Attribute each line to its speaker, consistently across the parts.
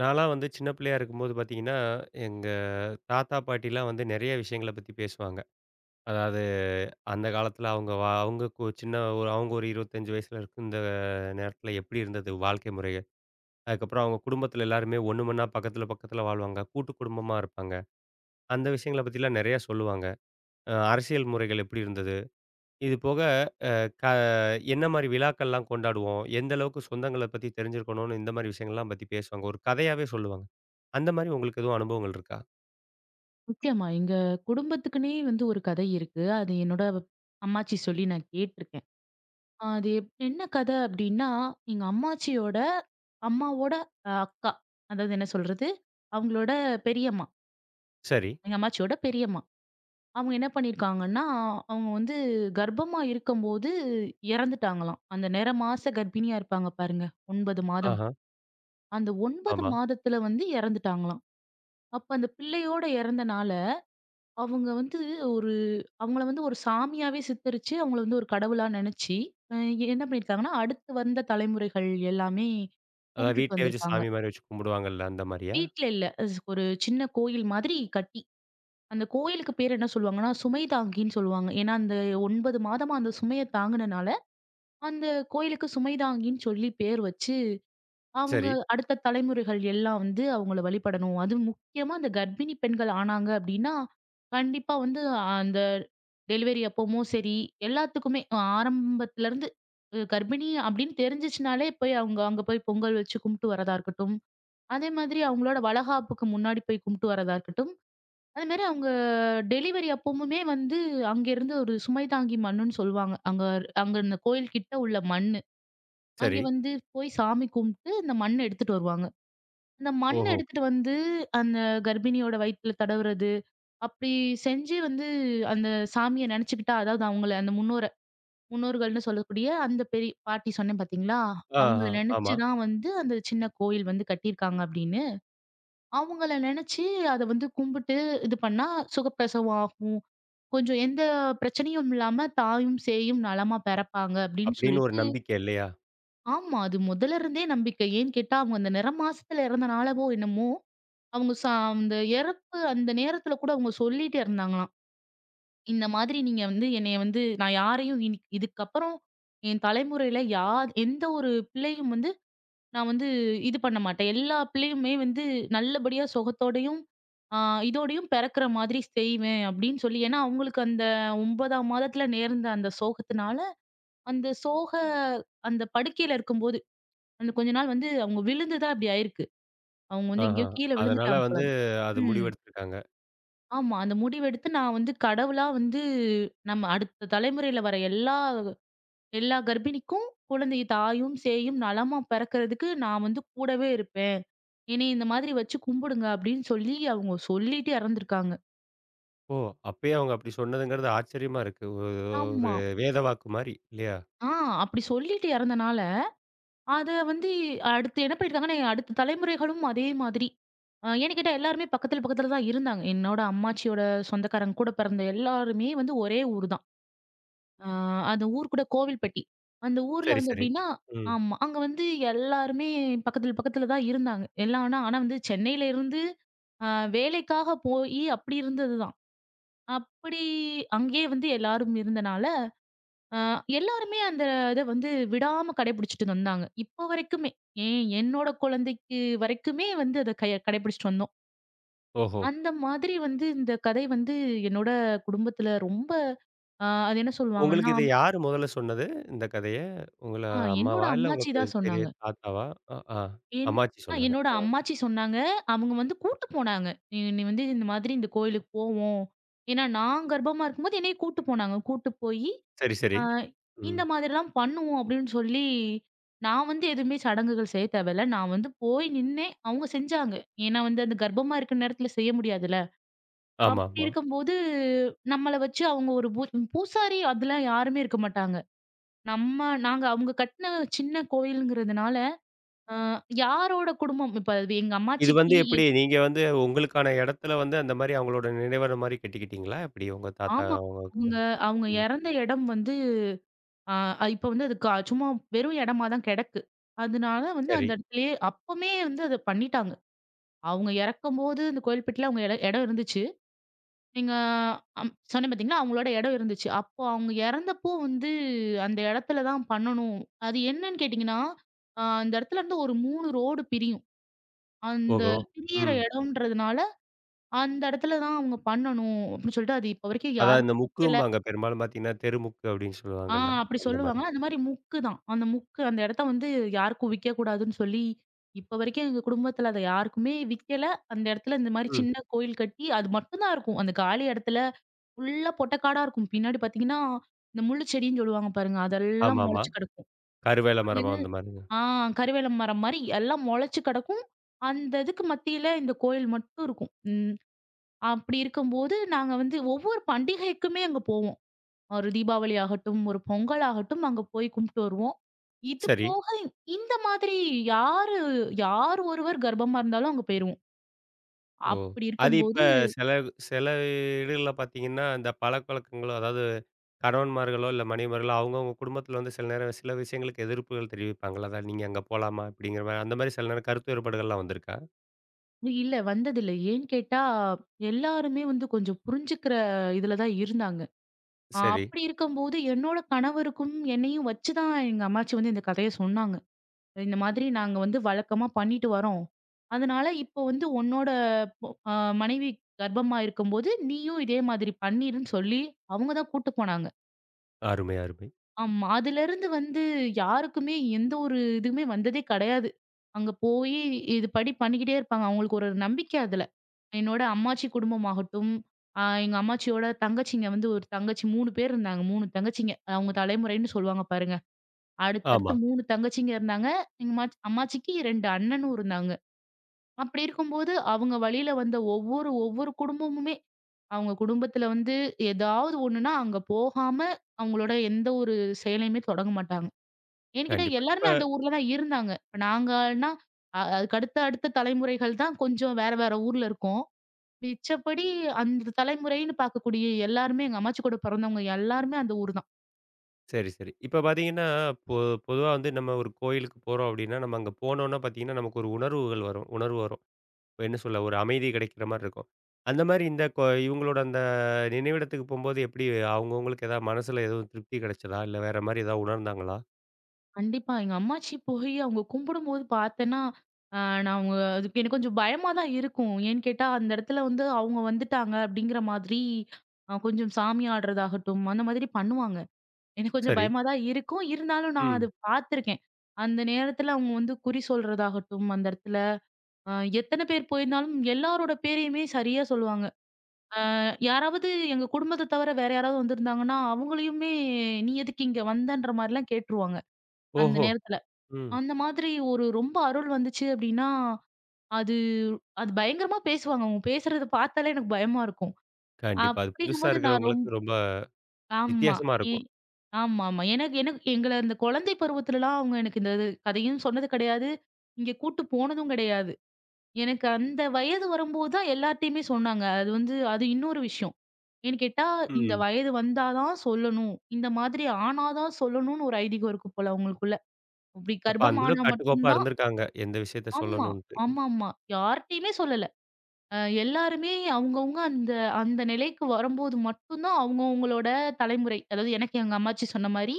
Speaker 1: நான்லாம் வந்து சின்ன பிள்ளையா இருக்கும்போது பார்த்தீங்கன்னா, எங்க தாத்தா, பாட்டிலாம் வந்து நெறைய விஷயங்கள பத்தி பேசுவாங்க. அதாவது அந்த காலத்தில அவங்க வ அவங்க கு சின்ன ஒரு அவங்க ஒரு 25 வயசுல இருந்த நேரத்தில எப்படி இருந்தது வாழ்க்கை முறை? அதுக்கப்புறம் அவங்க குடும்பத்தில எல்லாருமே ஒண்ணு மண்ணா பக்கத்தில, பக்கத்தில வாழ்வாங்க. கூட்டு குடும்பமா இருப்பாங்க. அந்த விஷயங்கள பத்திலாம் நெறையா சொல்லுவாங்க. அரசியல் முறைகள் எப்படி இருந்தது? இது போக க என்ன மாரி விழாக்கள்லாம் கொண்டாடுவோம்? எந்த அளவுக்கு சொந்தங்கள பத்தி தெரிஞ்சிருக்கணும்னு இந்த மாரி விஷயங்கள்லாம் பத்தி பேசுவாங்க. ஒரு கதையாவே சொல்லுவாங்க. அந்த மாரி உங்களுக்கு எதுவும் அனுபவங்கள் இருக்கா?
Speaker 2: நிச்சயமா. எங்க குடும்பத்துக்குன்னே வந்து ஒரு கதை இருக்கு. அது என்னோட அம்மாச்சி சொல்லி நான் கேட்டுருக்கேன். அது என்ன கதை அப்டின்னா, எங்க அம்மாச்சியோட அம்மாவோட அக்கா. அதாவது என்ன சொல்றது? அவங்களோட பெரியம்மா.
Speaker 1: சரி.
Speaker 2: எங்க அம்மாச்சியோட பெரியம்மா. அவங்க என்ன பண்ணியிருக்காங்கன்னா, அவங்க வந்து கர்ப்பமா இருக்கும்போது இறந்துட்டாங்களாம். அந்த நிற மாச கர்ப்பிணியா இருப்பாங்க பாருங்க. 9 மாதம்.
Speaker 1: ஆஹா,
Speaker 2: அந்த 9
Speaker 1: ஆமா.
Speaker 2: மாதத்துல வந்து இறந்துட்டாங்களாம். அப்ப அந்த பிள்ளையோட இறந்த நாள் அவங்க வந்து ஒரு அவங்கள வந்து ஒரு சாமியாவே சித்தரிச்சு, அவங்கள வந்து ஒரு கடவுளா நெனச்சு, அ என்ன பண்ணியிருக்காங்கன்னா, அடுத்து வந்த தலைமுறைகள் எல்லாமே
Speaker 1: அதான்
Speaker 2: கும்பிட்டுட்டு
Speaker 1: வீட்லயே வச்சு
Speaker 2: வந்திருக்காங்க.
Speaker 1: சாமி மாரி வச்சு கும்பிடுவாங்கல்ல, அந்த மாரியா?
Speaker 2: வீட்ல இல்ல. ஒரு சின்ன கோயில் மாதிரி கட்டி. அந்த கோயிலுக்கு பேர் என்ன சொல்லுவாங்கன்னா, சுமை தாங்கின்னு சொல்லுவாங்க. ஏன்னா, அந்த 9 மாதமா அந்த சுமைய தாங்குனனால, அந்த கோயிலுக்கு சுமை தாங்கின்னு சொல்லி பேர் வச்சு அவங்க
Speaker 1: சரி,
Speaker 2: அடுத்த தலைமுறைகள் எல்லாம் வந்து அவங்கள வழிபடணும். அதுவும் முக்கியமா அந்த கர்ப்பிணி பெண்கள் ஆனாங்க அப்டின்னா, கண்டிப்பா வந்து அந்த டெலிவரி அப்பவும் சரி, எல்லாத்துக்குமே ஆரம்பத்துலருந்து கர்ப்பிணி அப்டின்னு தெரிஞ்சுச்சுனாலே போய் அவங்க அங்க போய் பொங்கல் வச்சு கும்பிட்டு வரதா இருக்கட்டும். அதே மாதிரி அவங்களோட வளகாப்புக்கு முன்னாடி போய் கும்பிட்டு வரதா இருக்கட்டும். அதே மாரி அவங்க டெலிவரி அப்பமுமே வந்து அங்கேருந்து ஒரு சுமை தாங்கி மண்ணுன்னு சொல்லுவாங்க. அங்க அங்க இந்த கோயில் கிட்ட உள்ள மண்ணு. அங்கே
Speaker 1: சரி.
Speaker 2: வந்து போய் சாமி கும்பிட்டு, இந்த மண்ண எடுத்துட்டு வருவாங்க. அந்த மண்
Speaker 1: ஓஹோ!
Speaker 2: எடுத்துட்டு வந்து அந்த கர்ப்பிணியோட வயித்துல தடவுறது. அப்படி செஞ்சு வந்து அந்த சாமிய நெனச்சுக்கிட்டா, அதாவது அவங்கள அந்த முன்னோர்கள்ன்னு சொல்லக்கூடிய அந்த பெரிய பாட்டி சொன்னேன் பார்த்தீங்களா? அவங்கள
Speaker 1: ஆஹா,
Speaker 2: நெனச்சு
Speaker 1: ஆமா.
Speaker 2: தான் வந்து அந்த சின்ன கோயில் வந்து கட்டியிருக்காங்க அப்படின்னு. அவங்கள நெனச்சு அத வந்து கும்பிட்டு இது பண்ணா சுகப்பிரசவம் ஆகும். கொஞ்சம் எந்த பிரச்சனையும் இல்லாம தாயும், சேயும் நலமா பிறப்பாங்க அப்படின்னு
Speaker 1: அப்படின்னு ஒரு
Speaker 2: சொல்லிட்டு.
Speaker 1: நம்பிக்கை இல்லையா?
Speaker 2: ஆமா. அது முதல்ல இருந்தே நம்பிக்கை. ஏன்னு கேட்டா அவங்க அந்த நிற மாசத்துல இறந்தனாலவோ என்னமோ! அவங்க ச அந்த இறப்பு அந்த நேரத்துல கூட அவங்க சொல்லிட்டே இருந்தாங்களாம். இந்த மாதிரி நீங்க வந்து என்னைய வந்து நான் யாரையும் இனி இதுக்கப்புறம் என் தலைமுறையில யார் எந்த ஒரு பிள்ளையும் வந்து நான் வந்து இது பண்ண மாட்டேன். எல்லா பிள்ளையுமே வந்து நல்லபடியா சுகத்தோடையும், ஆ இதோடையும் பிறக்கிற மாதிரி செய்வேன் அப்படின்னு சொல்லி ஏன்னா அவங்களுக்கு அந்த 9ஆம் மாதத்துல நேர்ந்த அந்த சோகத்தினால, அந்த சோக அந்த படுக்கையில இருக்கும்போது, அந்த கொஞ்ச நாள் வந்து அவங்க விழுந்து தான் அப்படி ஆயிருக்கு. அவங்க வந்து
Speaker 1: ஆஹா.
Speaker 2: எங்கேயோ கீழ
Speaker 1: அதனால
Speaker 2: விழுந்துட்டாங்க போல.
Speaker 1: வந்து அது
Speaker 2: ம்.
Speaker 1: முடிவெடுத்திருக்காங்க.
Speaker 2: ஆமா. அந்த முடிவெடுத்து நான் வந்து கடவுளா வந்து நம்ம அடுத்த தலைமுறையில வர எல்லா எல்லா கர்ப்பிணிக்கும் குழந்தைய தாயும், சேயும் நலமா பிறக்கிறதுக்கு நான் வந்து கூடவே இருப்பேன். என்னைய இந்த மாதிரி வச்சு கும்பிடுங்க அப்படின்னு சொல்லி அவங்க சொல்லிட்டு இறந்துருக்காங்க.
Speaker 1: ஓ! அப்பயே அவங்க அப்படி சொன்னதுங்கிறது ஆச்சரியமா இருக்கு. ஒரு ஒரு
Speaker 2: ஆமா.
Speaker 1: வேத வாக்கு மாரி இல்லையா?
Speaker 2: ஆ அப்படி சொல்லிட்டு இறந்தனால, அத வந்து அடுத்து என்ன பண்ணியிருக்காங்கன்னா, அடுத்த தலைமுறைகளும் அதே மாதிரி. ஏன்னு கேட்டா எல்லாருமே பக்கத்துல, பக்கத்துல தான் இருந்தாங்க. என்னோட அம்மாச்சியோட சொந்தக்காரங்க கூட பிறந்த எல்லாருமே வந்து ஒரே ஊர் தான். ஆ அந்த ஊர் கூட கோவில்பட்டி. அந்த ஊர்ல
Speaker 1: சரி,
Speaker 2: வந்து
Speaker 1: சரி.
Speaker 2: எப்டின்னா,
Speaker 1: ம்.
Speaker 2: ஆமா, அங்க வந்து எல்லாருமே பக்கத்துல பக்கத்துல தான் இருந்தாங்க. எல்லாம் ஆனா ஆனா வந்து சென்னையில இருந்து அ வேலைக்காக போயி அப்டி இருந்ததுதான். அப்படி அங்கேயே வந்து எல்லாரும் இருந்தனால, அ எல்லாருமே அந்த இத வந்து விடாம கடைபிடிச்சுட்டு வந்தாங்க. இப்போ வரைக்குமே. ஏன் என்னோட குழந்தைக்கு வரைக்குமே வந்து அத கடைபிடிச்சுட்டு வந்தோம்.
Speaker 1: ஓஹோ!
Speaker 2: அந்த மாதிரி வந்து இந்த கதை வந்து என்னோட குடும்பத்துல ரொம்ப அது என்ன
Speaker 1: உங்களுக்கு
Speaker 2: சொல்லுவாங்கன்னா,
Speaker 1: இத யாரு முதல்ல சொன்னது? இந்த கதைய? உங்கள
Speaker 2: ஆ என்னோட
Speaker 1: அம்மாவா? இல்ல உங்க
Speaker 2: அம்மாச்சி தான்
Speaker 1: பெரிய
Speaker 2: சொன்னாங்க.
Speaker 1: தாத்தாவா? அ, ஆ.
Speaker 2: என்
Speaker 1: அம்மாச்சி சொன்னாங்க.
Speaker 2: என்னோட
Speaker 1: ஆ.
Speaker 2: அம்மாச்சி சொன்னாங்க. அவங்க வந்து கூட்டு போனாங்க. "நீ நீ வந்து இந்த மாதிரி இந்த கோயிலுக்கு போவோம்." ஏன்னா நான் கர்ப்பமா இருக்கும்போது என்னைய கூட்டு போனாங்க. கூட்டு போயி,
Speaker 1: சரி, சரி.
Speaker 2: அ
Speaker 1: ம்.
Speaker 2: இந்த மாதிரிலாம் பண்ணுவோம் அப்படின்னு சொல்லி, நான் வந்து எதுவுமே சடங்குகள் செய்ய தேவையில்ல. நான் வந்து போய் நின்னேன். அவங்க செஞ்சாங்க. ஏன்னா வந்து அந்த கர்ப்பமா இருக்கிற நேரத்துல செய்ய முடியாதுல்ல.
Speaker 1: ஆமா,
Speaker 2: அப்படி
Speaker 1: ஆமா.
Speaker 2: இருக்கும்போது நம்மள வச்சு அவங்க ஒரு பூசாரி அதெல்லாம் யாருமே இருக்க மாட்டாங்க. நம்ம நாங்க அவங்க கட்டின சின்ன கோயிலுங்கிறதுனால, ஆ யாரோட குடும்பம்? இப்ப அது எங்க
Speaker 1: இது வந்து
Speaker 2: அம்மாச்சிக்கு
Speaker 1: எப்படி? நீங்க வந்து உங்களுக்கான இடத்துல வந்து அந்த மாரி அவங்களோட நினைவறை மாரி கட்டிக்கிட்டீங்களா? எப்படி உங்க தாத்தா
Speaker 2: ஆமா.
Speaker 1: அவங்க
Speaker 2: அவங்க அவங்க
Speaker 1: ம்.
Speaker 2: இறந்த இடம் வந்து அ இப்ப வந்து அது சும்மா வெறும் இடமா தான் கிடக்கு. அதனால வந்து
Speaker 1: சரி.
Speaker 2: அந்த இடத்துலயே அப்பமே வந்து அத பண்ணிட்டாங்க. அவங்க இறக்கும்போது இந்த கோயில்பட்டில அவங்க இடம் இருந்துச்சு. நீங்க, சொன்னேன் பார்த்தீங்களா? அவங்களோட இடம் இருந்துச்சு. அப்போ அவங்க இறந்தப்போ வந்து அந்த இடத்துல தான் பண்ணணும். அது என்னன்னு கேட்டீங்கன்னா, அந்த இடத்துல இருந்து ஒரு 3 ரோடு பிரியும். அந்த
Speaker 1: ஓஹோ!
Speaker 2: பிரியிற
Speaker 1: ம்.
Speaker 2: இடம்ன்றதுனால அந்த இடத்துல தான் அவங்க பண்ணணும் அப்படின்னு சொல்லிட்டு அது இப்ப வரைக்கும்
Speaker 1: அதான் இந்த
Speaker 2: யாருக்கும் விக்கல.
Speaker 1: முக்கும்பாங்க. பெரும்பாலும் பார்த்தீங்கன்னா, தெருமுக்கு அப்படின்னு
Speaker 2: ஆ
Speaker 1: சொல்லுவாங்கல்ல.
Speaker 2: அப்படி
Speaker 1: அந்த மாரி.
Speaker 2: சொல்லுவாங்க. அந்த மாரி முக்கு தான். அந்த முக்கு அந்த இடத்த வந்து யாருக்கும் விக்கக்கூடாதுன்னு சொல்லி, இப்ப வரைக்கும் எங்க குடும்பத்துல அத யாருக்குமே விக்கல. அந்த இடத்துல இந்த மாரி
Speaker 1: ம்.
Speaker 2: சின்ன கோயில் கட்டி அது மட்டும் தான் இருக்கும். அந்த காலி இடத்துல ஃபுல்லா பொட்டக்காடா இருக்கும். பின்னாடி பார்த்தீங்கன்னா, இந்த முள்ளு செடின்னு சொல்லுவாங்க பாருங்க. அதெல்லாம்
Speaker 1: ஆமாமா.
Speaker 2: முளைச்சு கிடக்கும்.
Speaker 1: கருவேல
Speaker 2: அது
Speaker 1: மரமோ
Speaker 2: எல்
Speaker 1: அந்த மாரிங்க.
Speaker 2: ஆ கருவேல மரம் மாரி எல்லாம் முளைச்சு கிடக்கும். அந்த இதுக்கு மத்தியில இந்த கோயில் மட்டும் இருக்கும். ம். அப்படி இருக்கும்போது, நாங்க வந்து ஒவ்வொரு பண்டிகைக்குமே அங்க போவோம். ஒரு தீபாவளி ஆகட்டும், ஒரு பொங்கல் ஆகட்டும் அங்க போய் கும்பிட்டு வருவோம். இது
Speaker 1: சரி.
Speaker 2: போக இந்த மாதிரி யாரு யார் ஒருவர் கர்ப்பமா இருந்தாலும் அங்க போயிருவோம்.
Speaker 1: ஓ!
Speaker 2: அப்படி
Speaker 1: அது இப்ப
Speaker 2: இருக்கும்போது
Speaker 1: சில சில இடங்கள்ல பார்த்தீங்கன்னா, இந்த பழக்கவழக்கங்களோ அதாவது கணவன்மார்களோ, இல்ல மனைவிமார்களோ அவங்கவங்க குடும்பத்தில வந்து சில நேரம் சில விஷயங்களுக்கு எதிர்ப்புகள் தெரிவிப்பாங்கல்ல. அதான் நீங்க அங்க போலாமா? அப்படிங்கிற மாரி அந்த மாரி சில நேரம் கருத்து வேறுபாடுகள்லாம் வந்திருக்கா?
Speaker 2: இல்ல, வந்ததில்ல. ஏன்னு கேட்டா, எல்லாருமே வந்து கொஞ்சம் புரிஞ்சுக்கிற இதுல தான் இருந்தாங்க.
Speaker 1: சரி.
Speaker 2: அப்படி இருக்கும்போது, என்னோட கணவருக்கும் என்னையும் வச்சு தான் எங்க அம்மாச்சி வந்து இந்த கதைய சொன்னாங்க. இந்த மாதிரி நாங்க வந்து வழக்கமா பண்ணிட்டு வரோம். அதனால இப்போ வந்து உன்னோட பொ அ மனைவி கர்ப்பமா இருக்கும்போது, நீயும் இதே மாதிரி பண்ணிருன்னு சொல்லி அவங்க தான் கூட்டு போனாங்க.
Speaker 1: அருமை, அருமை.
Speaker 2: ஆமா. அதிலிருந்து வந்து யாருக்குமே எந்த ஒரு இதுவுமே வந்ததே கிடையாது. அங்க போயி இது படி பண்ணிக்கிட்டே இருப்பாங்க. அவங்களுக்கு ஒரு நம்பிக்கை அதுல. என்னோட அம்மாச்சி குடும்பமாகட்டும், எங்க அம்மாச்சியோட தங்கச்சிங்க வந்து ஒரு தங்கச்சி 3 பேர் இருந்தாங்க. 3 தங்கச்சிங்க. அவங்க தலைமுறைன்னு சொல்லுவாங்க பாருங்க. அடுத்தடுத்து
Speaker 1: ஆமா,
Speaker 2: 3 தங்கச்சிங்க இருந்தாங்க. எங்க அம்மாச்சிக்கு 2 அண்ணனும் இருந்தாங்க. அப்படி இருக்கும்போது, அவங்க வழியில வந்த ஒவ்வொரு ஒவ்வொரு குடும்பமுமே, அவங்க குடும்பத்துல வந்து ஏதாவது ஒண்ணுன்னா, அங்க போகாம அவங்களோட எந்த ஒரு செயலையுமே தொடங்க மாட்டாங்க. ஏன்னு கேட்டா,
Speaker 1: கண்டிப்பா. இப்ப
Speaker 2: எல்லாருமே அந்த ஊர்ல தான் இருந்தாங்க. இப்ப நாங்கன்னா, அதுக்கு அடுத்த அடுத்த தலைமுறைகள் தான் கொஞ்சம் வேற வேற ஊர்ல இருக்கோம். மிச்சப்படி அந்த தலைமுறைன்னு பார்க்கக்கூடிய எல்லாருமே எங்க அம்மாச்சி கூட பிறந்தவங்க எல்லாருமே அந்த ஊர் தான்.
Speaker 1: சரி, சரி. இப்ப பார்த்தீங்கன்னா, பொ பொதுவா வந்து நம்ம ஒரு கோயிலுக்கு போறோம் அப்டின்னா, நம்ம அங்க போனோம்னா பார்த்தீங்கன்னா, நமக்கு ஒரு உணர்வுகள் வரும் உணர்வு வரும். இப்ப என்ன சொல்ல ஒரு அமைதி கிடைக்கிற மாரி இருக்கும். அந்த மாரி இந்த இவங்களோட அந்த நினைவிடத்துக்கு போம்போது எப்டி அவங்கவங்களுக்கு ஏதாவது மனசுல எதுவும் திருப்தி கிடைச்சதா? இல்ல வேற மாரி ஏதாவது உணர்ந்தாங்களா?
Speaker 2: கண்டிப்பா. எங்க அம்மாச்சி போய் அவங்க கும்பிடும்போது பார்த்தேன்னா, அ நான் அவங்க அதுக்கு எனக்கு கொஞ்சம் பயமா தான் இருக்கும். ஏன்னு கேட்டா, அந்த இடத்துல வந்து அவங்க வந்துட்டாங்க அப்படிங்கிற மாதிரி கொஞ்சம் சாமி ஆடுறதாகட்டும், அந்த மாதிரி பண்ணுவாங்க. எனக்கு கொஞ்சம்
Speaker 1: சரி.
Speaker 2: பயமா தான் இருக்கும். இருந்தாலும் நான் அது
Speaker 1: ம்.
Speaker 2: பார்த்துருக்கேன். அந்த நேரத்துல அவங்க வந்து குறி சொல்றதாகட்டும், அந்த இடத்துல அ எத்தன பேர் போயிருந்தாலும் எல்லாரோட பேரையுமே சரியா சொல்லுவாங்க. யாராவது எங்க குடும்பத்த தவிர வேற யாராவது வந்திருந்தாங்கன்னா, அவங்களையுமே "நீ எதுக்கு இங்க வந்தன்ற?" மாரிலாம் கேட்டுருவாங்க அந்த
Speaker 1: ஓஹோ!
Speaker 2: நேரத்துல.
Speaker 1: ம்.
Speaker 2: அந்த மாதிரி ஒரு ரொம்ப அருள் வந்துச்சு அப்படின்னா, அது அது பயங்கரமா பேசுவாங்க. அவங்க பேசுறத பார்த்தாலே எனக்கு பயமா இருக்கும்.
Speaker 1: கண்டிப்பா. அது புதுசா
Speaker 2: அப்படிங்கும்போது நான் ரொம்
Speaker 1: இருக்கிறவங்களுக்கு ரொம்ப
Speaker 2: ஆமா.
Speaker 1: வித்தியாசமா
Speaker 2: எ
Speaker 1: இருக்கும்.
Speaker 2: ஆமாமா. எனக்கு எனக்கு எங்கள அந்த குழந்தை பருவத்துலலாம் அவங்க எனக்கு இந்த கதையும் சொன்னது கிடையாது. இங்க கூட்டு போனதும் கிடையாது. எனக்கு அந்த வயது வரும்போது தான் எல்லார்ட்டயுமே சொன்னாங்க. அது வந்து அது இன்னொரு விஷயம். ஏன்னு கேட்டா, இந்த
Speaker 1: ம்.
Speaker 2: வயது வந்தா தான் சொல்லணும். இந்த மாதிரி ஆனா தான் சொல்லணும்னு ஒரு ஐதீகம் இருக்கு போல அவங்களுக்குள்ள. அப்படி
Speaker 1: அப்ப
Speaker 2: கர்ப்பம்
Speaker 1: அந்த
Speaker 2: ஆனா
Speaker 1: அளவுக்கு
Speaker 2: மட்டும்
Speaker 1: கட்டுக்கோப்பா
Speaker 2: தான்.
Speaker 1: இருந்திருக்காங்க. எந்த விஷயத்த
Speaker 2: ஆமா.
Speaker 1: சொல்லணும்ன்ட்டு.
Speaker 2: ஆமாமா. யார்ட்டயுமே சொல்லல. அ எல்லாருமே அவங்கவங்க அந்த அந்த நிலைக்கு வரும்போது மட்டும் தான் அவங்கவங்களோட தலைமுறை. அதாவது எனக்கு எங்க அம்மாச்சி சொன்ன மாரி,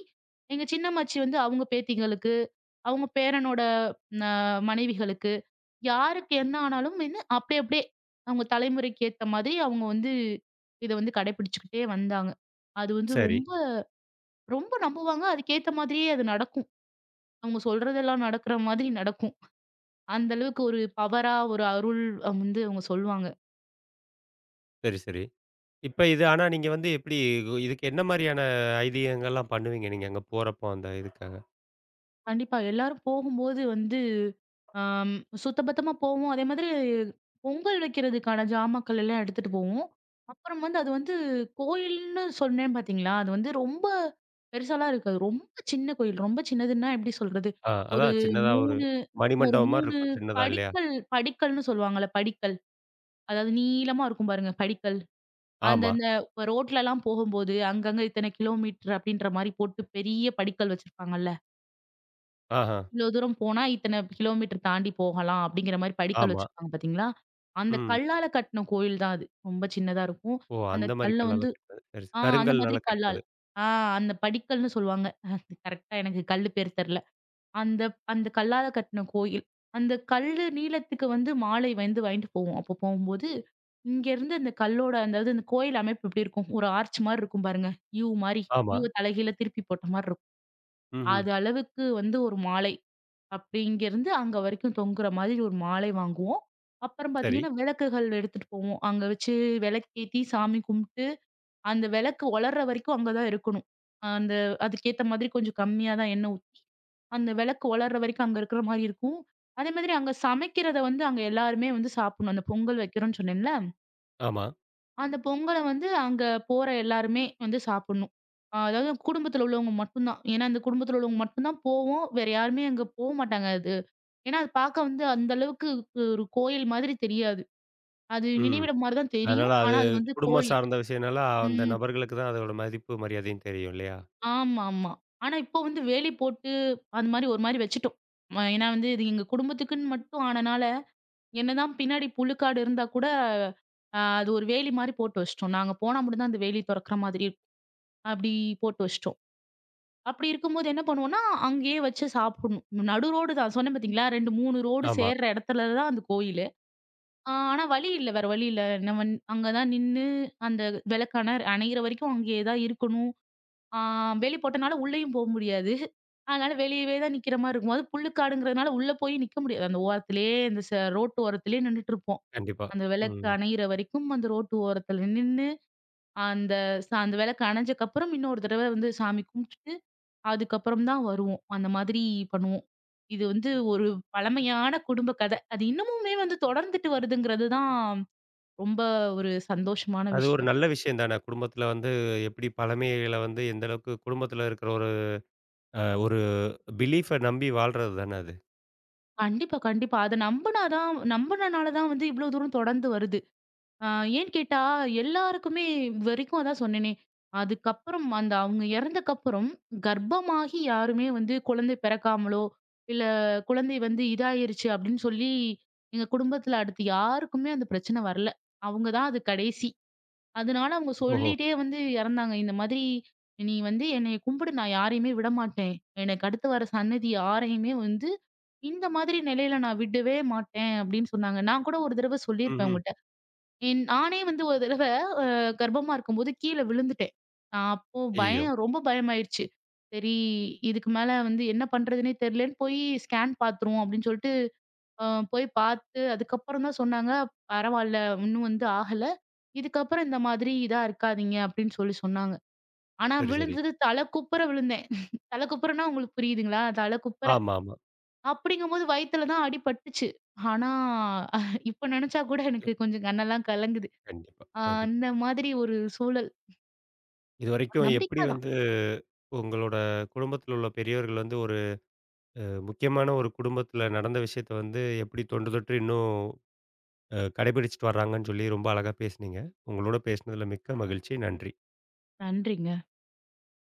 Speaker 2: எங்க சின்னம்மாச்சி வந்து அவங்க பேத்திங்களுக்கு, அவங்க பேரனோட அ மனைவிகளுக்கு, யாருக்கு என்ன ஆனாலும் என்ன அப்படியே அப்படியே அவங்க தலைமுறைக்கு ஏத்த மாதிரி அவங்க வந்து இத வந்து கடைபிடிச்சுக்கிட்டே வந்தாங்க. அது வந்து
Speaker 1: சரி,
Speaker 2: ரொம்ப ரொம்ப நம்புவாங்க. அதுக்கேத்த மாதிரியே அது நடக்கும். அவங்க சொல்றதெல்லாம் நடக்கிற மாதிரி நடக்கும். அந்த அளவுக்கு ஒரு பவரா, ஒரு அருள் வந்து அவங்க சொல்லுவாங்க.
Speaker 1: சரி, சரி. இப்ப இது ஆனா நீங்க வந்து எப்படி இதுக்கு என்ன மாரியான ஐதீகங்கள்லாம் பண்ணுவீங்க நீங்க அங்க போறப்போ அந்த இதுக்காக?
Speaker 2: கண்டிப்பா எல்லாரும் போகும்போது வந்து, அம் சுத்தபத்தமா போவோம். அதே மாதிரி பொங்கல் வைக்கிறதுக்கான ஜாமாக்கள் எல்லாம் எடுத்துட்டு போவோம். அப்புறம் வந்து அது வந்து கோயில்னு சொன்னேன் பார்த்தீங்களா? அது வந்து ரொம்ப பெருசாலாம் இருக்காது. ரொம்ப சின்ன கோயில். ரொம்ப சின்னதுன்னா எப்படி சொல்றது?
Speaker 1: ஆ
Speaker 2: ஒரு
Speaker 1: அதான் சின்னதா ஒரு
Speaker 2: 3 ஒரு
Speaker 1: மணிமண்டபம் மாரி
Speaker 2: 3
Speaker 1: இருக்கும் சின்னதா இல்லையா?
Speaker 2: படிக்கல், படிக்கல்னு சொல்லுவாங்கல்ல, படிக்கல். அதாவது நீளமா இருக்கும் பாருங்க படிக்கல்.
Speaker 1: ஆமா.
Speaker 2: அந்தந்த இப்ப ரோட்லலாம் போகும்போது, அங்கங்க இத்தனை கிலோமீட்டர் அப்படின்ற மாரி போட்டு பெரிய படிக்கல் வச்சிருப்பாங்கல்ல.
Speaker 1: ஆஹா.
Speaker 2: இவ்வளோ தூரம் போனா இத்தனை கிலோமீட்டர் தாண்டி போகலாம் அப்படிங்கிற மாரி படிக்கல்
Speaker 1: ஆமா.
Speaker 2: வச்சிருப்பாங்க பார்த்தீங்களா? அந்த
Speaker 1: ம்.
Speaker 2: கல்லால கட்டின கோயில் தான் அது. ரொம்ப சின்னதா இருக்கும்.
Speaker 1: ஓ!
Speaker 2: அந்த
Speaker 1: அந்த மாரி
Speaker 2: கல்ல
Speaker 1: கல்லால
Speaker 2: வந்து,
Speaker 1: கட்டினது. சரி.
Speaker 2: அந்த மாதிரி
Speaker 1: கருங்கல்னால
Speaker 2: கல்லால்.
Speaker 1: கட்டினது.
Speaker 2: ஆ அந்த படிக்கல்னு சொல்லுவாங்க. கரெக்ட்டா எனக்கு கல்லு பேர் தெர்ல. அந்த அந்த கல்லால கட்டின கோயில். அந்த கல்லு நீளத்துக்கு வந்து மாலை வந்து வாங்கிட்டு போவோம். அப்போ போம்போது, இங்கேருந்து அந்த கல்லோட அந்த அதாவது அந்த கோயில் அமைப்பு எப்படி இருக்கும்? ஒரு ஆர்ச் மாரி இருக்கும் பாருங்க. யூ மாரி.
Speaker 1: ஆமா.
Speaker 2: யூவ தலைகீழ திருப்பி போட்ட மாரி இருக்கும்.
Speaker 1: ம்ஹ்ம்.
Speaker 2: அது அளவுக்கு வந்து ஒரு மாலை. அப்படி இங்கேருந்து அங்க வரைக்கும் தொங்குற மாதிரி ஒரு மாலை வாங்குவோம். அப்புறம்
Speaker 1: சரி.
Speaker 2: பார்த்தீங்கன்னா, விளக்குகள் எடுத்துட்டு போவோம். அங்க வச்சு விளக்கேத்தி சாமி கும்பிட்டு, அந்த விளக்கு ஒளர்ற வரைக்கும் அங்க தான் இருக்கணும். அந்த அதுக்கேத்த மாதிரி கொஞ்சம் கம்மியா தான் எண்ணெய் ஊத்தி அந்த விளக்கு ஒளர்ற வரைக்கும் அங்க இருக்கிற மாரி இருக்கும். அதே மாதிரி அங்க சமைக்கிறத வந்து அங்க எல்லாருமே வந்து சாப்பிடணும். அந்த பொங்கல் வைக்கிறோம்னு சொன்னேன்ல,
Speaker 1: ஆமா.
Speaker 2: அந்த பொங்கல வந்து அங்க போற எல்லாருமே வந்து சாப்பிடணும். அதாவது குடும்பத்துல உள்ளவங்க மட்டும் தான். ஏன்னா, அந்த குடும்பத்துல உள்ளவங்க மட்டும் தான் போவோம். வேற யாருமே அங்க போமாட்டாங்க அது. ஏன்னா, அது பார்க்க வந்து அந்த அளவுக்கு ஒரு கோயில் மாதிரி தெரியாது. அது
Speaker 1: ம்.
Speaker 2: நினைவிடம் மாரி தான்
Speaker 1: அதனால
Speaker 2: தெரியும். ஆனா
Speaker 1: அது
Speaker 2: அது வந்து
Speaker 1: குடும்பம்
Speaker 2: கோயில்.
Speaker 1: சார்ந்த விஷயம்னால அந்த
Speaker 2: ம்.
Speaker 1: நபர்களுக்கு தான் அதோட மதிப்பு, மரியாதையும் தெரியும் இல்லையா?
Speaker 2: ஆமாமா. ஆனா இப்போ வந்து வேலி போட்டு, அந்த மாரி ஒரு மாரி வச்சுட்டோம். ஏன்னா வந்து இது எங்க குடும்பத்துக்குன்னு மட்டும் ஆனனால என்னதான் பின்னாடி புழுக்காடு இருந்தா கூட, அது ஒரு வேலி மாரி போட்டு வச்சுட்டோம். நாங்க போனா மட்டும் தான் அந்த வேலி தொறக்கிற மாதிரி இருக்கும். அப்படி போட்டு வச்சுட்டோம். அப்படி இருக்கும்போது என்ன பண்ணுவோம்னா, அங்கேயே வச்சு சாப்பிடணும். நடு ரோடு தான் சொன்னேன் பார்த்தீங்களா? 2, 3 ரோடு
Speaker 1: ஆமா.
Speaker 2: சேர்ற இடத்துல தான் அந்த கோயிலு. ஆனா வழி இல்ல. வேற வழி இல்ல. நம்ம அங்க தான் நின்னு அந்த விளக்கண அணையிற வரைக்கும் அங்கேயே தான் இருக்கணும். அ வேலி போட்டனால உள்ளேயும் போ முடியாது. அதனால வெளியவே தான் நிக்கிற மாரி இருக்கும். அது புல்லுக்காடுங்கிறதுனால உள்ள போய் நிக்க முடியாது. அந்த ஓரத்திலேயே, அந்த ச ரோட்டு ஓரத்திலேயே நின்னுட்டுருப்போம்.
Speaker 1: கண்டிப்பா.
Speaker 2: அந்த
Speaker 1: ம்.
Speaker 2: விளக்கு அணையிற வரைக்கும் அந்த ரோட்டு ஓரத்துல நின்னு, அந்த அந்த விளக்கு அணைஞ்சக்கப்புறம் இன்னொரு தடவ வந்து சாமி கும்பிட்டுட்டு, அதுக்கப்புறம் தான் வருவோம். அந்த மாதிரி பண்ணுவோம். இது வந்து ஒரு பழமையான குடும்ப கதை. அது இன்னமுமே வந்து தொடர்ந்துட்டு வருதுங்கிறது தான் ரொம்ப ஒரு சந்தோஷமான
Speaker 1: அது ஒரு
Speaker 2: விஷயம்.
Speaker 1: நல்ல விஷயம் தானே. குடும்பத்தில வந்து எப்படி பழமைகள வந்து எந்த அளவுக்கு குடும்பத்தில இருக்கிற ஒரு ஒரு பிலீஃப நம்பி வாழ்றது தானே அது.
Speaker 2: கண்டிப்பா, கண்டிப்பா. அத நம்புனா தான் நம்புனனால தான் வந்து இவ்ளோ தூரம் தொடர்ந்து வருது. ஆ ஏன்னு கேட்டா, எல்லாருக்குமே இதுவரைக்கும் அதான் சொன்னேனே. அதுக்கப்புறம் அந்த அவங்க இறந்தக்கப்புறம், கர்ப்பமாகி யாருமே வந்து குழந்தை பிறக்காமலோ, இல்ல குழந்தை வந்து இதாயிருச்சு அப்படின்னு சொல்லி, எங்க குடும்பத்துல அடுத்து யாருக்குமே அந்த பிரச்சனை வரல. அவங்க தான் அது கடைசி. அதனால அவங்க
Speaker 1: ஓஹோ!
Speaker 2: சொல்லிட்டே வந்து இறந்தாங்க. இந்த மாதிரி, "நீ வந்து என்னைய கும்பிடு, நான் யாரையுமே விடமாட்டேன். எனக்கு அடுத்து வர சன்னதி யாரையுமே வந்து இந்த மாதிரி நிலையில நான் விடவே மாட்டேன்" அப்படின்னு சொன்னாங்க. நான் கூட ஒரு தடவ சொல்லியிருப்பேன்
Speaker 1: ம்ஹ்ம்.
Speaker 2: அவங்கட்ட. நானே வந்து ஒரு தடவ அ கர்ப்பமா இருக்கும்போது கீழ விழுந்துட்டேன். நான் அப்போ
Speaker 1: ஐயய்யோ!
Speaker 2: ரொம்ப பயமாயிருச்சு. சரி, இதுக்கு மேல வந்து என்ன பண்றதுன்னே தெரியலன்னு போய் ஸ்கேன் பார்த்துருவோம் அப்படின்னு சொல்லிட்டு, அ போய் பார்த்து அதுக்கப்புறம் தான் சொன்னாங்க, "பரவால்ல, இன்னும் வந்து ஆகல. இதுக்கப்புறம் இந்த மாதிரி இதா இருக்காதீங்க" அப்படின்னு சொல்லி சொன்னாங்க. ஆனா
Speaker 1: சரி, சரி.
Speaker 2: விழுந்தது தல குப்புற விழுந்தேன். தல குப்புறன்னா உங்களுக்கு புரியுதுங்களா? தல குப்புற.
Speaker 1: ஆமா, ஆமா.
Speaker 2: அப்படிங்கும்போது வயித்துல தான் அடி பட்டுச்சு. ஆனா இப்ப நெனச்சா கூட எனக்கு கொஞ்சம் கண்ணெல்லாம் கலங்குது.
Speaker 1: கண்டிப்பா, கண்டிப்பா.
Speaker 2: அந்த மாதிரி ஒரு சூழல்.
Speaker 1: இதுவரைக்கும் எப்படி
Speaker 2: நம்பிக்கை தான்.
Speaker 1: வந்து உங்களோட குடும்பத்தில உள்ள பெரியவர்கள் வந்து ஒரு முக்கியமான ஒரு குடும்பத்தில நடந்த விஷயத்த வந்து எப்படி தொன்று தொட்டு இன்னும் கடைபிடிச்சுட்டு வர்றாங்கன்னு சொல்லி ரொம்ப அழகா பேசுனீங்க. உங்களோட பேசினதில மிக்க மகிழ்ச்சி. நன்றி.
Speaker 2: நன்றிங்க.